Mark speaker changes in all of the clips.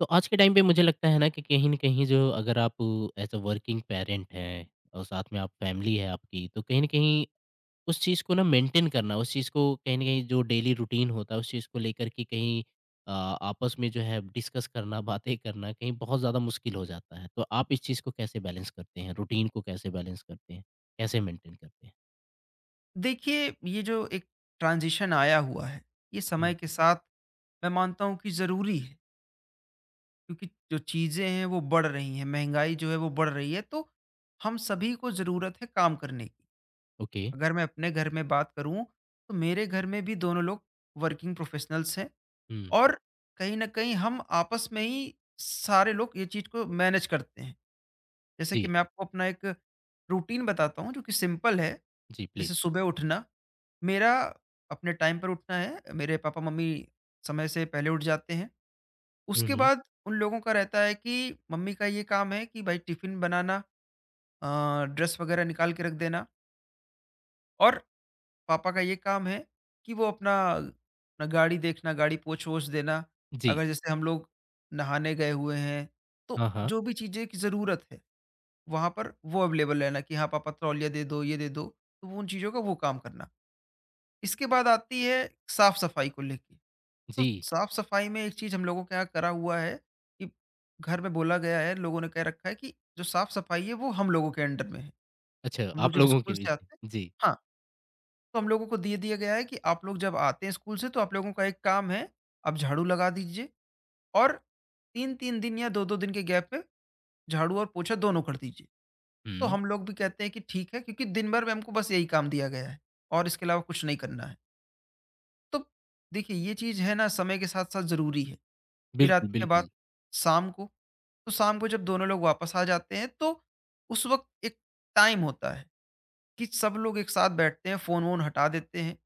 Speaker 1: तो आज के टाइम पे मुझे लगता है ना कि कहीं न कहीं जो अगर आप एज़ अ वर्किंग पेरेंट हैं और साथ में आप फैमिली है आपकी, तो कहीं न कहीं उस चीज़ को ना मेंटेन करना, उस चीज़ को कहीं न कहीं जो डेली रूटीन होता है, उस चीज़ को लेकर के कहीं आपस में जो है डिस्कस करना, बातें करना कहीं बहुत ज़्यादा मुश्किल हो जाता है। तो आप इस चीज़ को कैसे बैलेंस करते हैं? रूटीन को कैसे बैलेंस करते हैं? कैसे मेंटेन करते हैं?
Speaker 2: देखिए, ये जो एक ट्रांज़िशन आया हुआ है, ये समय
Speaker 1: हुँ,
Speaker 2: के साथ मैं मानता हूँ कि ज़रूरी है, क्योंकि जो चीज़ें हैं वो बढ़ रही हैं, महँगाई जो है वो बढ़ रही है, तो हम सभी को ज़रूरत है काम करने की।
Speaker 1: ओके।
Speaker 2: अगर मैं अपने घर में बात करूँ, तो मेरे घर में भी दोनों लोग वर्किंग प्रोफ़ेशनल्स हैं
Speaker 1: हुँ,
Speaker 2: और कहीं न कहीं हम आपस में ही सारे लोग ये चीज़ को मैनेज करते हैं। जैसे कि
Speaker 1: जी,
Speaker 2: मैं आपको अपना एक रूटीन बताता हूँ जो कि सिंपल है।
Speaker 1: जी, प्लीज़।
Speaker 2: जैसे सुबह उठना मेरा अपने टाइम पर उठना है। मेरे पापा-मम्मी समय से पहले उठ जाते हैं।
Speaker 1: हुँ,
Speaker 2: उसके
Speaker 1: हुँ।
Speaker 2: बाद उन लोगों का रहता है कि मम्मी का ये काम है कि भाई टिफ़िन बनाना, अ, ड्रेस वग़ैरह निकाल के रख देना, और पापा का ये काम है कि वो अपना अपना गाड़ी देखना, गाड़ी पोंछ-वोछ देना।
Speaker 1: जी।
Speaker 2: अगर जैसे हम लोग नहाने गए हुए हैं, तो
Speaker 1: हाँ, हाँ।
Speaker 2: जो भी चीज़ें की ज़रूरत है, वहाँ पर वो अवेलेबल रहना कि हाँ, पापा तौलिया दे दो, ये दे दो। तो वो उन चीज़ों का वो काम करना। इसके बाद आती है साफ़-सफ़ाई को लेके। तो
Speaker 1: जी।
Speaker 2: साफ सफाई में एक चीज हम लोगों के यहाँ करा हुआ है कि घर में बोला गया है, लोगों ने कह रखा है कि जो साफ सफाई है वो हम लोगों के अंडर में है।
Speaker 1: अच्छा,
Speaker 2: हम लोग
Speaker 1: आप
Speaker 2: जब
Speaker 1: लोगों
Speaker 2: स्कूल
Speaker 1: के
Speaker 2: से
Speaker 1: बीच में।
Speaker 2: आते हैं,
Speaker 1: जी।
Speaker 2: हाँ, तो हम लोगों को दिए दिया गया है कि आप लोग जब आते हैं स्कूल से तो आप लोगों का एक काम है, आप झाड़ू लगा दीजिए, और तीन तीन दिन या दो दो दिन के गैप पे झाड़ू और पोछा दोनों कर दीजिए। तो
Speaker 1: हुँ।
Speaker 2: हम लोग भी कहते हैं कि ठीक है, क्योंकि दिन भर में हमको बस यही काम दिया गया है और इसके अलावा कुछ नहीं करना है। तो देखिए, ये चीज है ना, समय के साथ साथ जरूरी है। फिर
Speaker 1: बिल्कुल,
Speaker 2: आती है बात
Speaker 1: बिल्कुल।
Speaker 2: शाम को। तो शाम को जब दोनों लोग वापस आ जाते हैं तो उस वक़्त एक टाइम होता है कि सब लोग एक साथ बैठते हैं, फ़ोन-वोन हटा देते हैं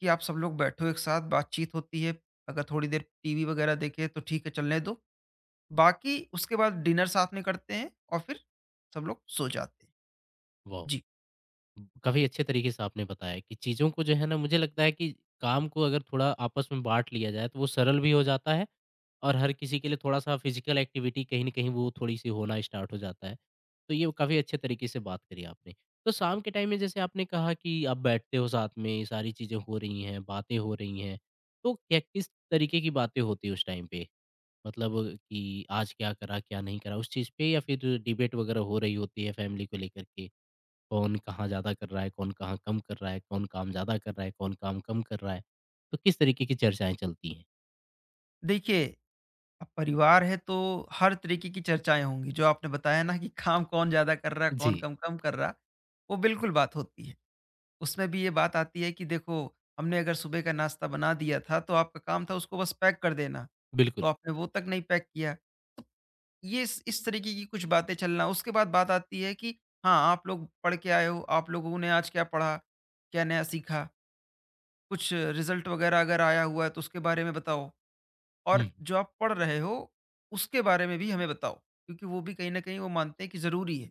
Speaker 2: कि आप सब लोग बैठो एक साथ, बातचीत होती है, अगर थोड़ी देर टीवी वगैरह देखें तो ठीक है चलने दो। बाकी उसके बाद डिनर साथ में करते हैं और फिर सब लोग सो जाते हैं।
Speaker 1: वाह!
Speaker 2: जी।
Speaker 1: काफ़ी अच्छे तरीके से आपने बताया कि चीज़ों को जो है ना मुझे लगता है कि काम को अगर थोड़ा आपस में बाँट लिया जाए तो वो सरल भी हो जाता है और हर किसी के लिए थोड़ा-सा फ़िज़िकल एक्टिविटी कहीं न कहीं वो थोड़ी-सी होना स्टार्ट हो जाता है। तो ये काफ़ी अच्छे तरीके से बात करी आपने। तो शाम के टाइम में जैसे आपने कहा कि आप बैठते हो साथ में, ये सारी चीज़ें हो रही हैं, बातें हो रही हैं। तो क्या किस तरीके की बातें होती हैं उस टाइम पे? मतलब कि आज क्या करा, क्या नहीं करा उस चीज़ पे या फिर डिबेट वग़ैरह हो रही होती है फैमिली को लेकर के? कौन कहाँ ज़्यादा कर रहा है, कौन कहाँ कम कर रहा है, कौन काम ज़्यादा कर रहा है, कौन काम कम कर रहा है। तो किस तरीके की चर्चाएँ चलती हैं।
Speaker 2: देखिए, अब परिवार है तो हर तरीके की चर्चाएँ होंगी। जो आपने बताया ना कि काम कौन ज़्यादा कर रहा है,
Speaker 1: जी,
Speaker 2: कौन कम कम कर रहा, वो बिल्कुल बात होती है। उसमें भी ये बात आती है कि देखो, हमने अगर सुबह का नाश्ता बना दिया था, तो आपका काम था उसको बस पैक कर देना,
Speaker 1: बिल्कुल।
Speaker 2: तो आपने वो तक नहीं पैक किया। ये इस तरीके की कुछ बातें चलना। उसके बाद बात आती है कि हाँ, आप लोग पढ़ के आए हो, आप लोगों ने आज क्या पढ़ा? क्या नया सीखा? कुछ रिज़ल्ट वगैरह अगर आया हुआ है, तो उसके बारे में बताओ,
Speaker 1: हुँ,
Speaker 2: और जो आप पढ़ रहे हो, उसके बारे में भी हमें बताओ, क्योंकि वो भी कहीं न कहीं वो मानते हैं कि ज़रूरी है।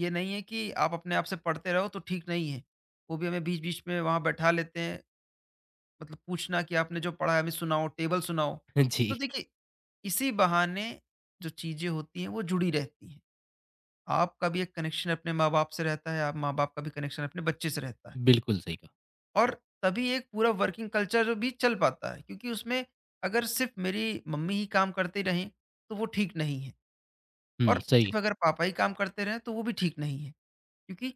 Speaker 2: ये नहीं है कि आप अपने आप से पढ़ते रहो, तो ठीक नहीं है। वो भी हमें बीच-बीच में वहाँ बैठा लेते हैं, मतलब पूछना कि आपने जो पढ़ा है हमें सुनाओ, टेबल सुनाओ। तो
Speaker 1: जी,
Speaker 2: देखिए, इसी बहाने जो चीज़ें होती हैं वो जुड़ी रहती हैं। आपका भी एक कनेक्शन अपने माँ-बाप से रहता है, आप माँ-बाप का भी कनेक्शन अपने बच्चे से रहता है।
Speaker 1: बिल्कुल सही कहा।
Speaker 2: और तभी एक पूरा वर्किंग कल्चर जो भी चल पाता है, क्योंकि उसमें अगर सिर्फ़ मेरी मम्मी ही काम करते रहें, तो वो ठीक नहीं है,
Speaker 1: हुँ,
Speaker 2: और
Speaker 1: सही
Speaker 2: सिर्फ़ अगर पापा ही काम करते रहें, तो वो भी ठीक नहीं है। क्योंकि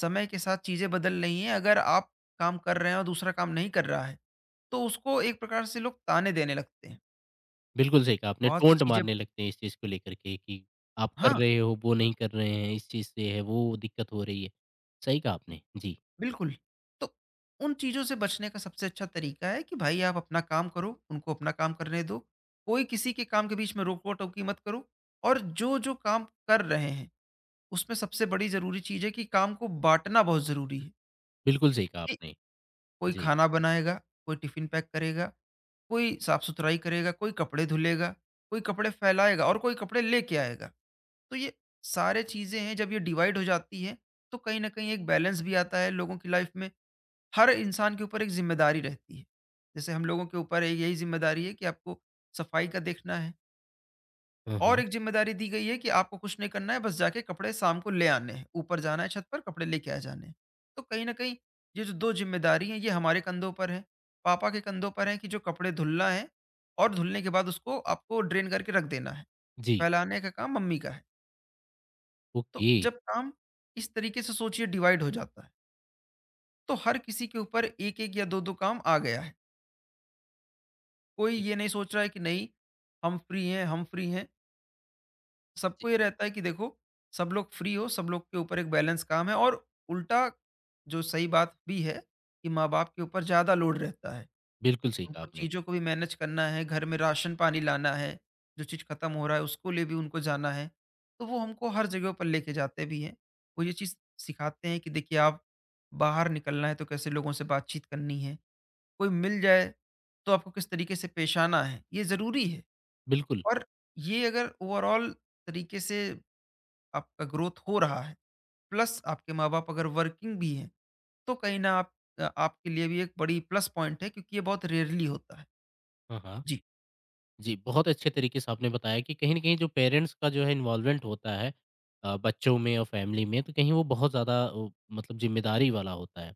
Speaker 2: समय के साथ चीज़ें बदल रही हैं, अगर आप काम कर रहे हैं और दूसरा काम नहीं कर रहा है, तो उसको एक प्रकार से लोग ताने देने लगते हैं।
Speaker 1: बिल्कुल सही कहा आपने।
Speaker 2: बहुत सी
Speaker 1: टोंट
Speaker 2: चीज़ें,
Speaker 1: मारने लगते हैं इस चीज़ को लेकर के कि आप कर
Speaker 2: हाँ,
Speaker 1: रहे हो, वो नहीं कर रहे हैं, इस चीज़ से है, वो दिक्कत हो रही है। सही कहा आपने। जी,
Speaker 2: बिल्कुल। तो उन चीज़ों से बचने का सबसे अच्छा तरीका है कि भाई आप अपना काम करो, उनको अपना काम करने दो। कोई किसी के काम के बीच में रोका-टोकी मत करो, और जो-जो काम कर रहे हैं, उसमें सबसे बड़ी ज़रूरी चीज़ है कि काम को बाँटना बहुत ज़रूरी है
Speaker 1: बिल्कुल सही कहा
Speaker 2: कि
Speaker 1: आपने।
Speaker 2: कोई
Speaker 1: जी।
Speaker 2: खाना बनाएगा, कोई टिफ़िन पैक करेगा, कोई साफ-सुथराई करेगा, कोई कपड़े धुलेगा, कोई कपड़े फैलाएगा और कोई कपड़े लेके आएगा। तो ये सारे चीज़ें हैं, जब ये डिवाइड हो जाती हैं, तो कहीं न कहीं एक बैलेंस भी आता है लोगों की लाइफ़ में। हर इंसान के ऊपर एक ज़िम्मेदारी रहती है। जैसे हम लोगों के ऊपर एक यही ज़िम्मेदारी है कि आपको सफाई का देखना है,
Speaker 1: हाँ,
Speaker 2: और
Speaker 1: हाँ।
Speaker 2: एक ज़िम्मेदारी दी गई है कि आपको कुछ नहीं करना है, बस जाके कपड़े शाम को ले आने हैं। ऊपर जाना है छत पर, कपड़े लेके आ जाने हैं। तो कहीं न कहीं ये जो 2 ज़िम्मेदारी हैं, ये हमारे कंधों पर है, पापा के कंधों पर है कि जो कपड़े धुलना है और धुलने के बाद उसको आपको ड्रेन करके रख देना है।
Speaker 1: जी,
Speaker 2: फैलाने का काम मम्मी का है। तो
Speaker 1: ओके।
Speaker 2: जब काम इस तरीके से सोचिए डिवाइड हो जाता है, तो हर किसी के ऊपर 1-1 या 2-2 काम आ गया है। कोई
Speaker 1: जी,
Speaker 2: ये नहीं सोच रहा है कि नहीं हम फ्री हैं, हम फ्री हैं।
Speaker 1: जी,
Speaker 2: सबको ये रहता है कि देखो, सब लोग फ्री हो, सब लोग के ऊपर एक बैलेंस काम है। और उल्टा, जो सही बात भी है, कि माँ बाप के ऊपर ज़्यादा लोड रहता है।
Speaker 1: बिल्कुल सही कहा
Speaker 2: उनको
Speaker 1: आपने।
Speaker 2: चीज़ों को भी मैनेज करना है, घर में राशन पानी लाना है, जो चीज़ ख़त्म हो रहा है उसको लिए भी उनको जाना है, तो वो हमको हर जगह पर लेके जाते भी हैं। वो ये चीज़ सिखाते हैं कि देखिए, आप बाहर निकलना है तो कैसे लोगों से बातचीत करनी है, कोई मिल जाए तो आपको किस तरीके से पेश आना है, ये ज़रूरी है।
Speaker 1: बिल्कुल।
Speaker 2: और ये अगर ओवरऑल तरीके से आपका ग्रोथ हो रहा है, प्लस आपके माँ-बाप अगर वर्किंग भी हैं, तो कहीं न आप, आपके लिए भी एक बड़ी प्लस पॉइंट है, क्योंकि ये बहुत रेयरली होता है।
Speaker 1: हाँ, हाँ।
Speaker 2: जी,
Speaker 1: जी, बहुत अच्छे तरीके से आपने बताया कि कहीं न कहीं जो पेरेंट्स का जो है इन्वॉल्वमेंट होता है बच्चों में और फैमिली में, तो कहीं वो बहुत ज़्यादा मतलब ज़िम्मेदारी वाला होता है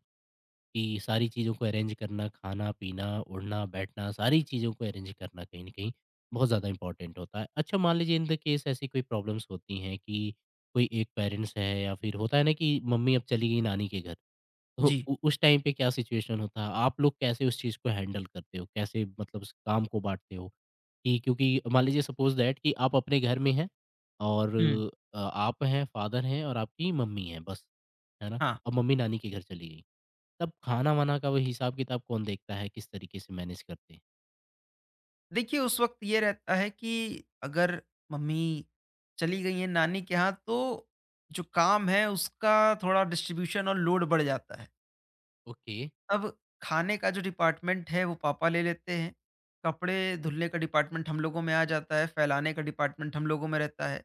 Speaker 1: कि सारी चीज़ों को अरेंज करना, खाना-पीना, उठना-बैठना, सारी चीज़ों को अरेंज करना कहीं न कहीं बहुत ज़्यादा इम्पोर्टेंट होता है। अच्छा, मान लीजिए इन द केस ऐसी कोई प्रॉब्लम्स होती हैं कि कोई एक पेरेंट्स है या फिर होता है ना कि मम्मी अब चली गई नानी के घर, तो
Speaker 2: जी।
Speaker 1: उ उस टाइम पे क्या सिचुएशन होता है? आप लोग कैसे उस चीज़ को हैंडल करते हो? कैसे मतलब उस काम को बाँटते हो? कि क्योंकि मान लीजिए सपोज़ दैट कि आप अपने घर में हैं और
Speaker 2: हुँ।
Speaker 1: आप हैं, फादर हैं और आपकी मम्मी हैं बस, है ना?
Speaker 2: हाँ,
Speaker 1: अब मम्मी नानी के घर चली गई। तब खाना-वाना का वो हिसाब-किताब कौन देखता है? किस तरीके से मैनेज करते हैं?
Speaker 2: देखिए उस वक़्त ये रहता है कि अगर मम्मी चली गई हैं नानी के यहाँ, तो जो काम है उसका थोड़ा डिस्ट्रीब्यूशन और लोड बढ़ जाता है।
Speaker 1: ओके,
Speaker 2: तब खाने का जो डिपार्टमेंट है वो पापा ले लेते हैं, कपड़े धुलने का डिपार्टमेंट हम लोगों में आ जाता है, फैलाने का डिपार्टमेंट हम लोगों में रहता है,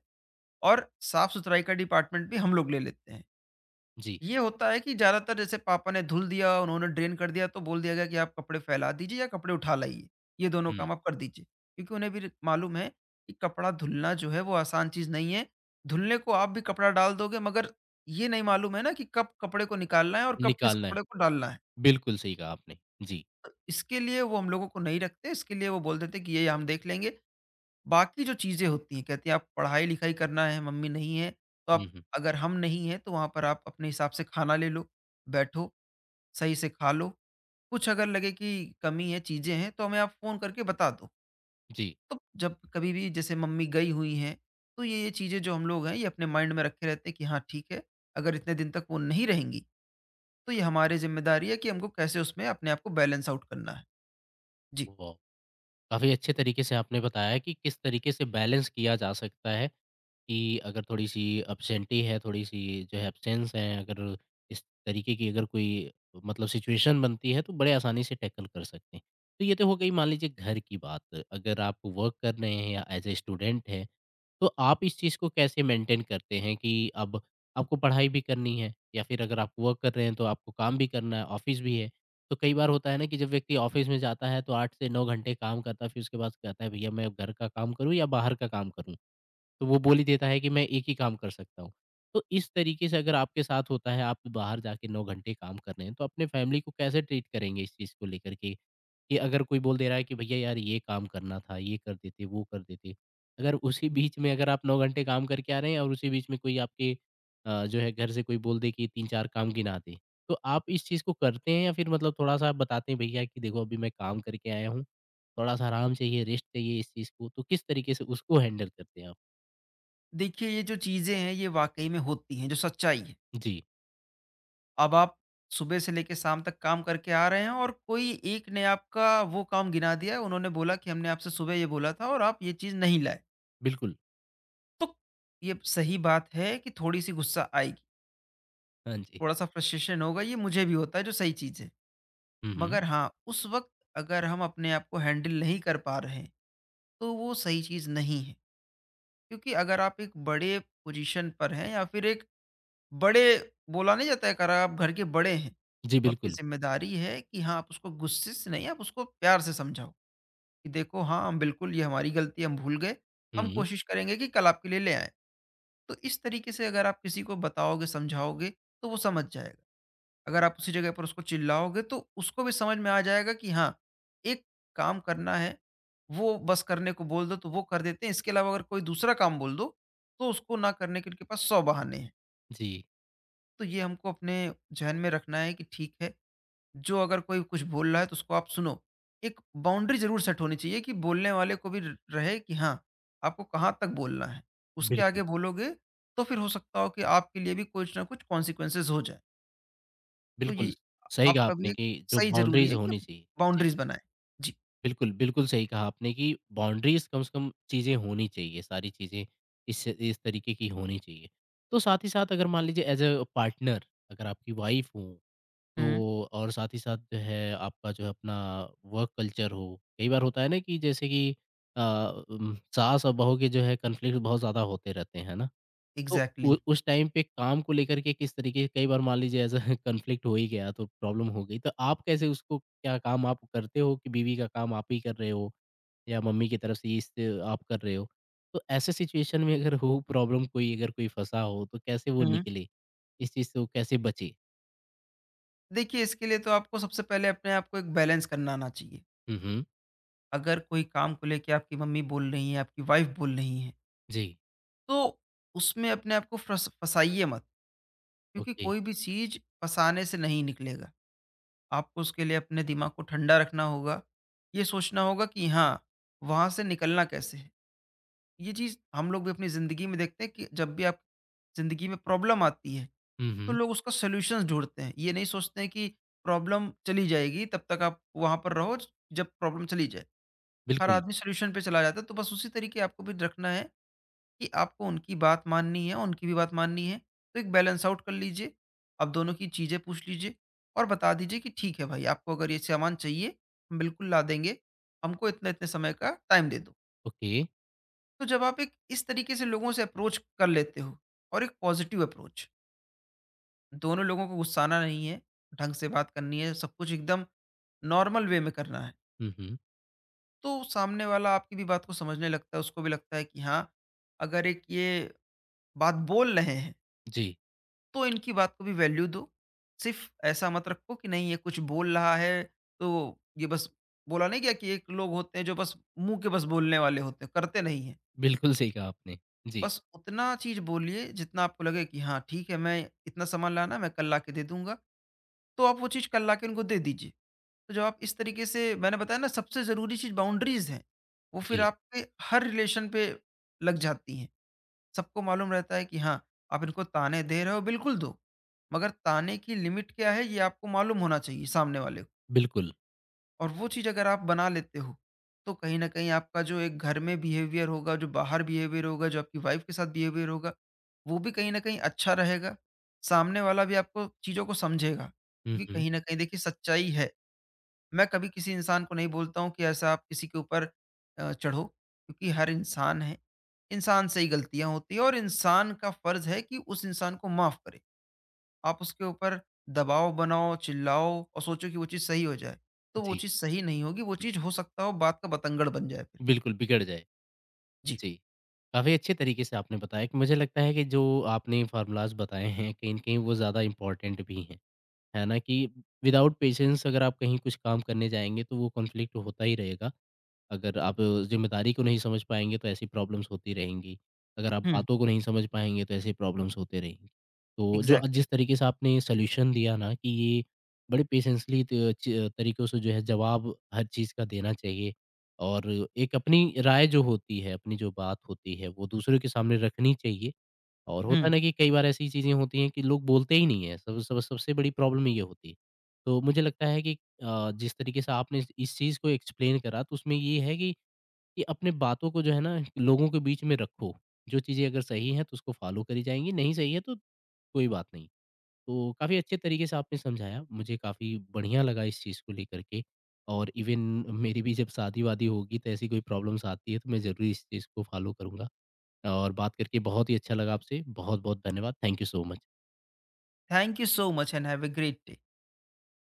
Speaker 2: और साफ-सुथराई का डिपार्टमेंट भी हम लोग ले लेते हैं।
Speaker 1: जी।
Speaker 2: ये होता है कि ज़्यादातर जैसे पापा ने धुल दिया, उन्होंने ड्रेन कर दिया, तो बोल दिया गया कि आप कपड़े फैला दीजिए या कपड़े उठा लाइए, ये दोनों
Speaker 1: हुँ,
Speaker 2: काम आप कर दीजिए। क्योंकि उन्हें भी मालूम है कि कपड़ा धुलना जो है वो आसान चीज़ नहीं है। धुलने को आप भी कपड़ा डाल दोगे, मगर ये नहीं मालूम है ना कि कब कपड़े को निकालना है और कब किस
Speaker 1: निकालना है।
Speaker 2: कपड़े को डालना है।
Speaker 1: बिल्कुल सही कहा आपने। जी।
Speaker 2: इसके लिए वो हम लोगों को नहीं रखते, इसके लिए वो बोल देते कि ये हम देख लेंगे। बाकी जो चीज़ें होती हैं, कहते हैं आप पढ़ाई-लिखाई करना है, मम्मी नहीं है, तो
Speaker 1: हुँ,
Speaker 2: आप,
Speaker 1: हुँ।
Speaker 2: अगर हम नहीं हैं तो वहाँ पर आप अपने हिसाब से खाना ले लो, बैठो, सही से खा लो। कुछ अगर लगे कि कमी है, चीज़ें हैं, तो हमें आप फ़ोन करके बता दो।
Speaker 1: जी,
Speaker 2: तो जब कभी भी जैसे मम्मी गई हुई हैं, तो ये-ये चीज़ें जो हम लोग हैं, ये अपने माइंड में रखे रहते हैं कि हाँ ठीक है, अगर इतने दिन तक वो नहीं रहेंगी, तो ये हमारी ज़िम्मेदारी है कि हमको कैसे उसमें अपने आप को बैलेंस आउट करना है। जी।
Speaker 1: वाह! काफ़ी अच्छे तरीके से आपने बताया कि किस तरीके से बैलेंस किया जा सकता है कि अगर थोड़ी-सी एब्सेंटी है, थोड़ी-सी जो है एब्सेंस है, अगर इस तरीके की अगर कोई मतलब सिचुएशन बनती है, तो बड़े आसानी से टैकल कर सकते हैं। तो ये तो हो गई मान लीजिए घर की बात। अगर आप वर्क कर रहे हैं या एज़ अ स्टूडेंट हैं, तो आप इस चीज़ को कैसे मेंटेन करते हैं कि अब आपको पढ़ाई भी करनी है या फिर अगर आप वर्क कर रहे हैं तो आपको काम भी करना है, ऑफिस भी है। तो कई बार होता है ना कि जब व्यक्ति ऑफिस में जाता है तो 8 से 9 घंटे काम करता है, फिर उसके बाद कहता है भैया मैं अब घर का काम करूँ या बाहर का काम करूँ? तो वो बोल ही देता है कि मैं एक ही काम कर सकता हूँ। तो इस तरीके से अगर आपके साथ होता है, आप बाहर जाके 9 घंटे काम कर रहे हैं, तो अपने फैमिली को कैसे ट्रीट करेंगे इस चीज़ को लेकर के? कि अगर कोई बोल दे रहा है कि भैया यार ये काम करना था, ये कर देते, वो कर देते। अगर उसी बीच में अगर आप 9 घंटे काम करके आ रहे हैं और उसी बीच में कोई आपके जो है घर से कोई बोल दे कि 3-4 काम गिना दे। तो आप इस चीज़ को करते हैं या फिर मतलब थोड़ा-सा बताते हैं भैया कि देखो अभी मैं काम करके आया हूँ, थोड़ा-सा आराम चाहिए, रेस्ट चाहिए इस चीज़ को, तो किस तरीके से उसको हैंडल करते हैं आप?
Speaker 2: देखिए, ये जो चीज़ें हैं ये वाक़ई में होती हैं, जो सच्चाई है।
Speaker 1: जी।
Speaker 2: अब आप सुबह से लेके शाम तक काम करके आ रहे हैं और कोई एक ने आपका वो काम गिना दिया, उन्होंने बोला कि हमने आपसे सुबह ये बोला था और आप ये चीज़ नहीं लाए।
Speaker 1: बिल्कुल,
Speaker 2: तो ये सही बात है कि थोड़ी-सी गुस्सा आएगी,
Speaker 1: हाँ जी।
Speaker 2: थोड़ा-सा फ्रस्ट्रेशन होगा, ये मुझे भी होता है, जो सही चीज़ है।
Speaker 1: हुँ, हुँ।
Speaker 2: मगर हाँ, उस वक़्त अगर हम अपने आप को हैंडल नहीं कर पा रहे हैं, तो वो सही चीज़ नहीं है। क्योंकि अगर आप एक बड़े पोज़ीशन पर हैं, या फिर एक बड़े, बोला नहीं जाता है कि अगर आप घर के बड़े हैं,
Speaker 1: जी,
Speaker 2: तो आपकी
Speaker 1: बिल्कुल।
Speaker 2: ज़िम्मेदारी है कि हाँ, आप उसको गुस्से से नहीं, आप उसको प्यार से समझाओ कि देखो हाँ, हम बिल्कुल, ये हमारी गलती है, हम भूल गए, हम
Speaker 1: हुँ,
Speaker 2: कोशिश करेंगे कि कल आपके लिए ले आएँ। तो इस तरीके से अगर आप किसी को बताओगे, समझाओगे, तो वो समझ जाएगा। अगर आप उसी जगह पर उसको चिल्लाओगे, तो उसको भी समझ में आ जाएगा कि हाँ, एक काम करना है, वो बस करने को बोल दो, तो वो कर देते हैं। इसके अलावा अगर कोई दूसरा काम बोल दो, तो उसको ना करने के उनके पास 100 बहाने हैं।
Speaker 1: जी,
Speaker 2: तो ये हमको अपने ज़हन में रखना है कि ठीक है, जो अगर कोई कुछ बोल रहा है तो उसको आप सुनो। एक बाउंड्री ज़रूर सेट होनी चाहिए कि बोलने वाले को भी र रहे कि हाँ, आपको कहाँ तक बोलना है। उसके आगे
Speaker 1: बिल्कुल,
Speaker 2: बोलोगे तो फिर हो सकता हो कि आपके लिए भी कुछ ना कुछ कॉन्सिक्वेंसेज़ हो जाएँ। तो ये
Speaker 1: बिल्कुल। सही कहा
Speaker 2: आपका भी
Speaker 1: आपने
Speaker 2: एक
Speaker 1: कि जो
Speaker 2: सही ज़रूरी
Speaker 1: बाउंड्रीज़
Speaker 2: है कि
Speaker 1: होनी
Speaker 2: आप
Speaker 1: चाहिए। जी,
Speaker 2: बाउंड्रीज़ बनाएँ। जी।
Speaker 1: बिल्कुल, बिल्कुल सही कहा आपने कि बाउंड्रीज़ कम से कम चीज़ें होनी चाहिए, सारी चीज़ें इस तरीके की होनी चाहिए। तो साथ ही साथ अगर मान लीजिए एज़ अ पार्टनर अगर आपकी वाइफ़ हो,
Speaker 2: हुँ,
Speaker 1: तो और साथ ही साथ जो है आपका जो है अपना वर्क कल्चर हो, कई बार होता है ना कि जैसे कि अ, सास और बहू के जो है कॉन्फ्लिक्ट बहुत ज़्यादा होते रहते हैं, है ना? तो
Speaker 2: इग्ज़ैक्टली।
Speaker 1: उ उस टाइम पे काम को लेकर के किस तरीके से, कई बार मान लीजिए ऐसा कॉन्फ्लिक्ट हो ही गया तो प्रॉब्लम हो गई, तो आप कैसे उसको क्या काम आप करते हो कि बीवी का काम आप ही कर रहे हो? या मम्मी की तरफ से इस आप कर रहे हो? तो ऐसे सिचुएशन में अगर हो प्रॉब्लम कोई अगर कोई फँसा हो तो कैसे वो
Speaker 2: हुँ।
Speaker 1: निकले? इस चीज़ से वो कैसे बचे?
Speaker 2: देखिए इसके लिए तो आपको सबसे पहले अपने आप को एक बैलेंस करना आना चाहिए।
Speaker 1: हुँ, हुँ।
Speaker 2: अगर कोई काम को लेके आपकी मम्मी बोल रही हैं, आपकी वाइफ़ बोल रही हैं
Speaker 1: जी,
Speaker 2: तो उसमें अपने आप को फँस फँसाइए मत, क्योंकि
Speaker 1: ओके।
Speaker 2: कोई भी चीज़ फँसाने से नहीं निकलेगा। आपको उसके लिए अपने दिमाग को ठंडा रखना होगा, ये सोचना होगा कि हाँ, वहाँ से निकलना कैसे है। ये चीज़ हम लोग भी अपनी ज़िंदगी में देखते हैं कि जब भी आप ज़िंदगी में प्रॉब्लम आती है,
Speaker 1: हुँ,
Speaker 2: तो
Speaker 1: हुँ।
Speaker 2: लोग उसका सॉल्यूशंस ढूँढते हैं। ये नहीं सोचते हैं कि प्रॉब्लम चली जाएगी, तब तक आप वहाँ पर रहो, जब प्रॉब्लम चली जाए। हर
Speaker 1: बिल्कुल,
Speaker 2: आदमी सॉल्यूशन पे चला जाता है, तो बस उसी तरीके आपको भी रखना है कि आपको उनकी बात माननी है, उनकी भी बात माननी है, तो एक बैलेंस आउट कर लीजिए। आप दोनों की चीज़ें पूछ लीजिए और बता दीजिए कि ठीक है भाई, आपको अगर ये सामान चाहिए, हम बिल्कुल ला देंगे। हमको इतने-इतने समय का टाइम दे दो।
Speaker 1: ओके।
Speaker 2: तो जब आप एक इस तरीके से लोगों से अप्रोच कर लेते हो और एक पॉजिटिव अप्रोच, दोनों लोगों को गुस्साना नहीं है, ढंग से बात करनी है, सब कुछ एकदम नॉर्मल वे में करना है,
Speaker 1: हुँ, हुँ।
Speaker 2: तो सामने वाला आपकी भी बात को समझने लगता है, उसको भी लगता है कि हाँ, अगर एक ये बात बोल रहे हैं
Speaker 1: जी,
Speaker 2: तो इनकी बात को भी वैल्यू दो। सिर्फ़ ऐसा मत रखो कि नहीं ये कुछ बोल रहा है तो ये बस बोला नहीं गया कि एक लोग होते हैं जो बस मुँह के बस बोलने वाले होते हैं, करते नहीं हैं।
Speaker 1: बिल्कुल सही कहा आपने। जी,
Speaker 2: बस उतना चीज़ बोलिए जितना आपको लगे कि हाँ ठीक है, मैं इतना सामान लाना मैं कल लाके दे दूँगा, तो आप वो चीज़ कल लाके उनको दे दीजिए। तो जब आप इस तरीके से मैंने बताया ना सबसे ज़रूरी चीज़ बाउंड्रीज़ हैं, वो फिर
Speaker 1: जी,
Speaker 2: आपके हर रिलेशन पे लग जाती हैं। सबको मालूम रहता है कि हाँ, आप इनको ताने दे रहे हो, बिल्कुल दो। मगर ताने की लिमिट क्या है, ये आपको मालूम होना चाहिए सामने वाले को
Speaker 1: बिल्कुल।
Speaker 2: और वो चीज़ अगर आप बना लेते हो, तो कहीं न कहीं आपका जो एक घर में बिहेवियर होगा, जो बाहर बिहेवियर होगा, जो आपकी वाइफ़ के साथ बिहेवियर होगा, वो भी कहीं न कहीं अच्छा रहेगा। सामने वाला भी आपको चीज़ों को समझेगा,
Speaker 1: हुँ,
Speaker 2: क्योंकि
Speaker 1: हुँ।
Speaker 2: कहीं न कहीं देखिए सच्चाई है। मैं कभी किसी इंसान को नहीं बोलता हूँ कि ऐसा आप किसी के ऊपर चढ़ो क्योंकि हर इंसान है। इंसान से ही गलतियाँ होती हैं और इंसान का फ़र्ज़ है कि उस इंसान को माफ़ करे। आप उसके ऊपर दबाव बनाओ, चिल्लाओ और सोचो कि वो चीज़ सही हो जाए, तो वो
Speaker 1: जी,
Speaker 2: चीज़ सही नहीं होगी, वो चीज़ हो सकता हो बात का बतंगड़ बन जाए फिर।
Speaker 1: बिल्कुल बिगड़ जाए।
Speaker 2: जी।
Speaker 1: जी। काफ़ी अच्छे तरीके से आपने बताया कि मुझे लगता है कि जो आपने फ़ॉर्मूलाज़ बताए हैं, कहीं न कहीं वो ज़्यादा इम्पोर्टेंट भी हैं। है ना कि विदाउट पेशेंस अगर आप कहीं कुछ काम करने जाएँगे तो वो कॉन्फ्लिक्ट होता ही रहेगा। अगर आप ज़िम्मेदारी को नहीं समझ पाएँगे तो ऐसी प्रॉब्लम्स होती रहेंगी। अगर आप
Speaker 2: हुँ,
Speaker 1: बातों को नहीं समझ पाएँगे तो ऐसी प्रॉब्लम्स होते रहेंगी। तो जो
Speaker 2: एग्ज़ैक्टली।
Speaker 1: जिस तरीके से आपने सॉल्यूशन दिया ना कि ये बड़े पेशेंसली त च तरीकों से जो है जवाब हर चीज़ का देना चाहिए और एक अपनी राय जो होती है, अपनी जो बात होती है वो दूसरों के सामने रखनी चाहिए। और होता है
Speaker 2: हुँ,
Speaker 1: ना कि कई बार ऐसी चीज़ें होती हैं कि लोग बोलते ही नहीं है, सब सब सबसे बड़ी प्रॉब्लम ये होती है। तो मुझे लगता है कि जिस तरीके से आपने इस चीज़ को एक्सप्लेन करा तो उसमें ये है कि अपने बातों को जो है ना लोगों के बीच में रखो। जो चीज़ें अगर सही हैं तो उसको फ़ॉलो करी जाएँगी, नहीं सही है तो कोई बात नहीं। तो काफ़ी अच्छे तरीके से आपने समझाया, मुझे काफ़ी बढ़िया लगा इस चीज़ को लेकर के और इवन मेरी भी जब शादी-वादी होगी तो ऐसी कोई प्रॉब्लम्स आती है तो मैं ज़रूर इस चीज़ को फ़ॉलो करूँगा। और बात करके बहुत ही अच्छा लगा आपसे। बहुत-बहुत धन्यवाद। Thank you so much.
Speaker 2: Thank you so much and have a great day.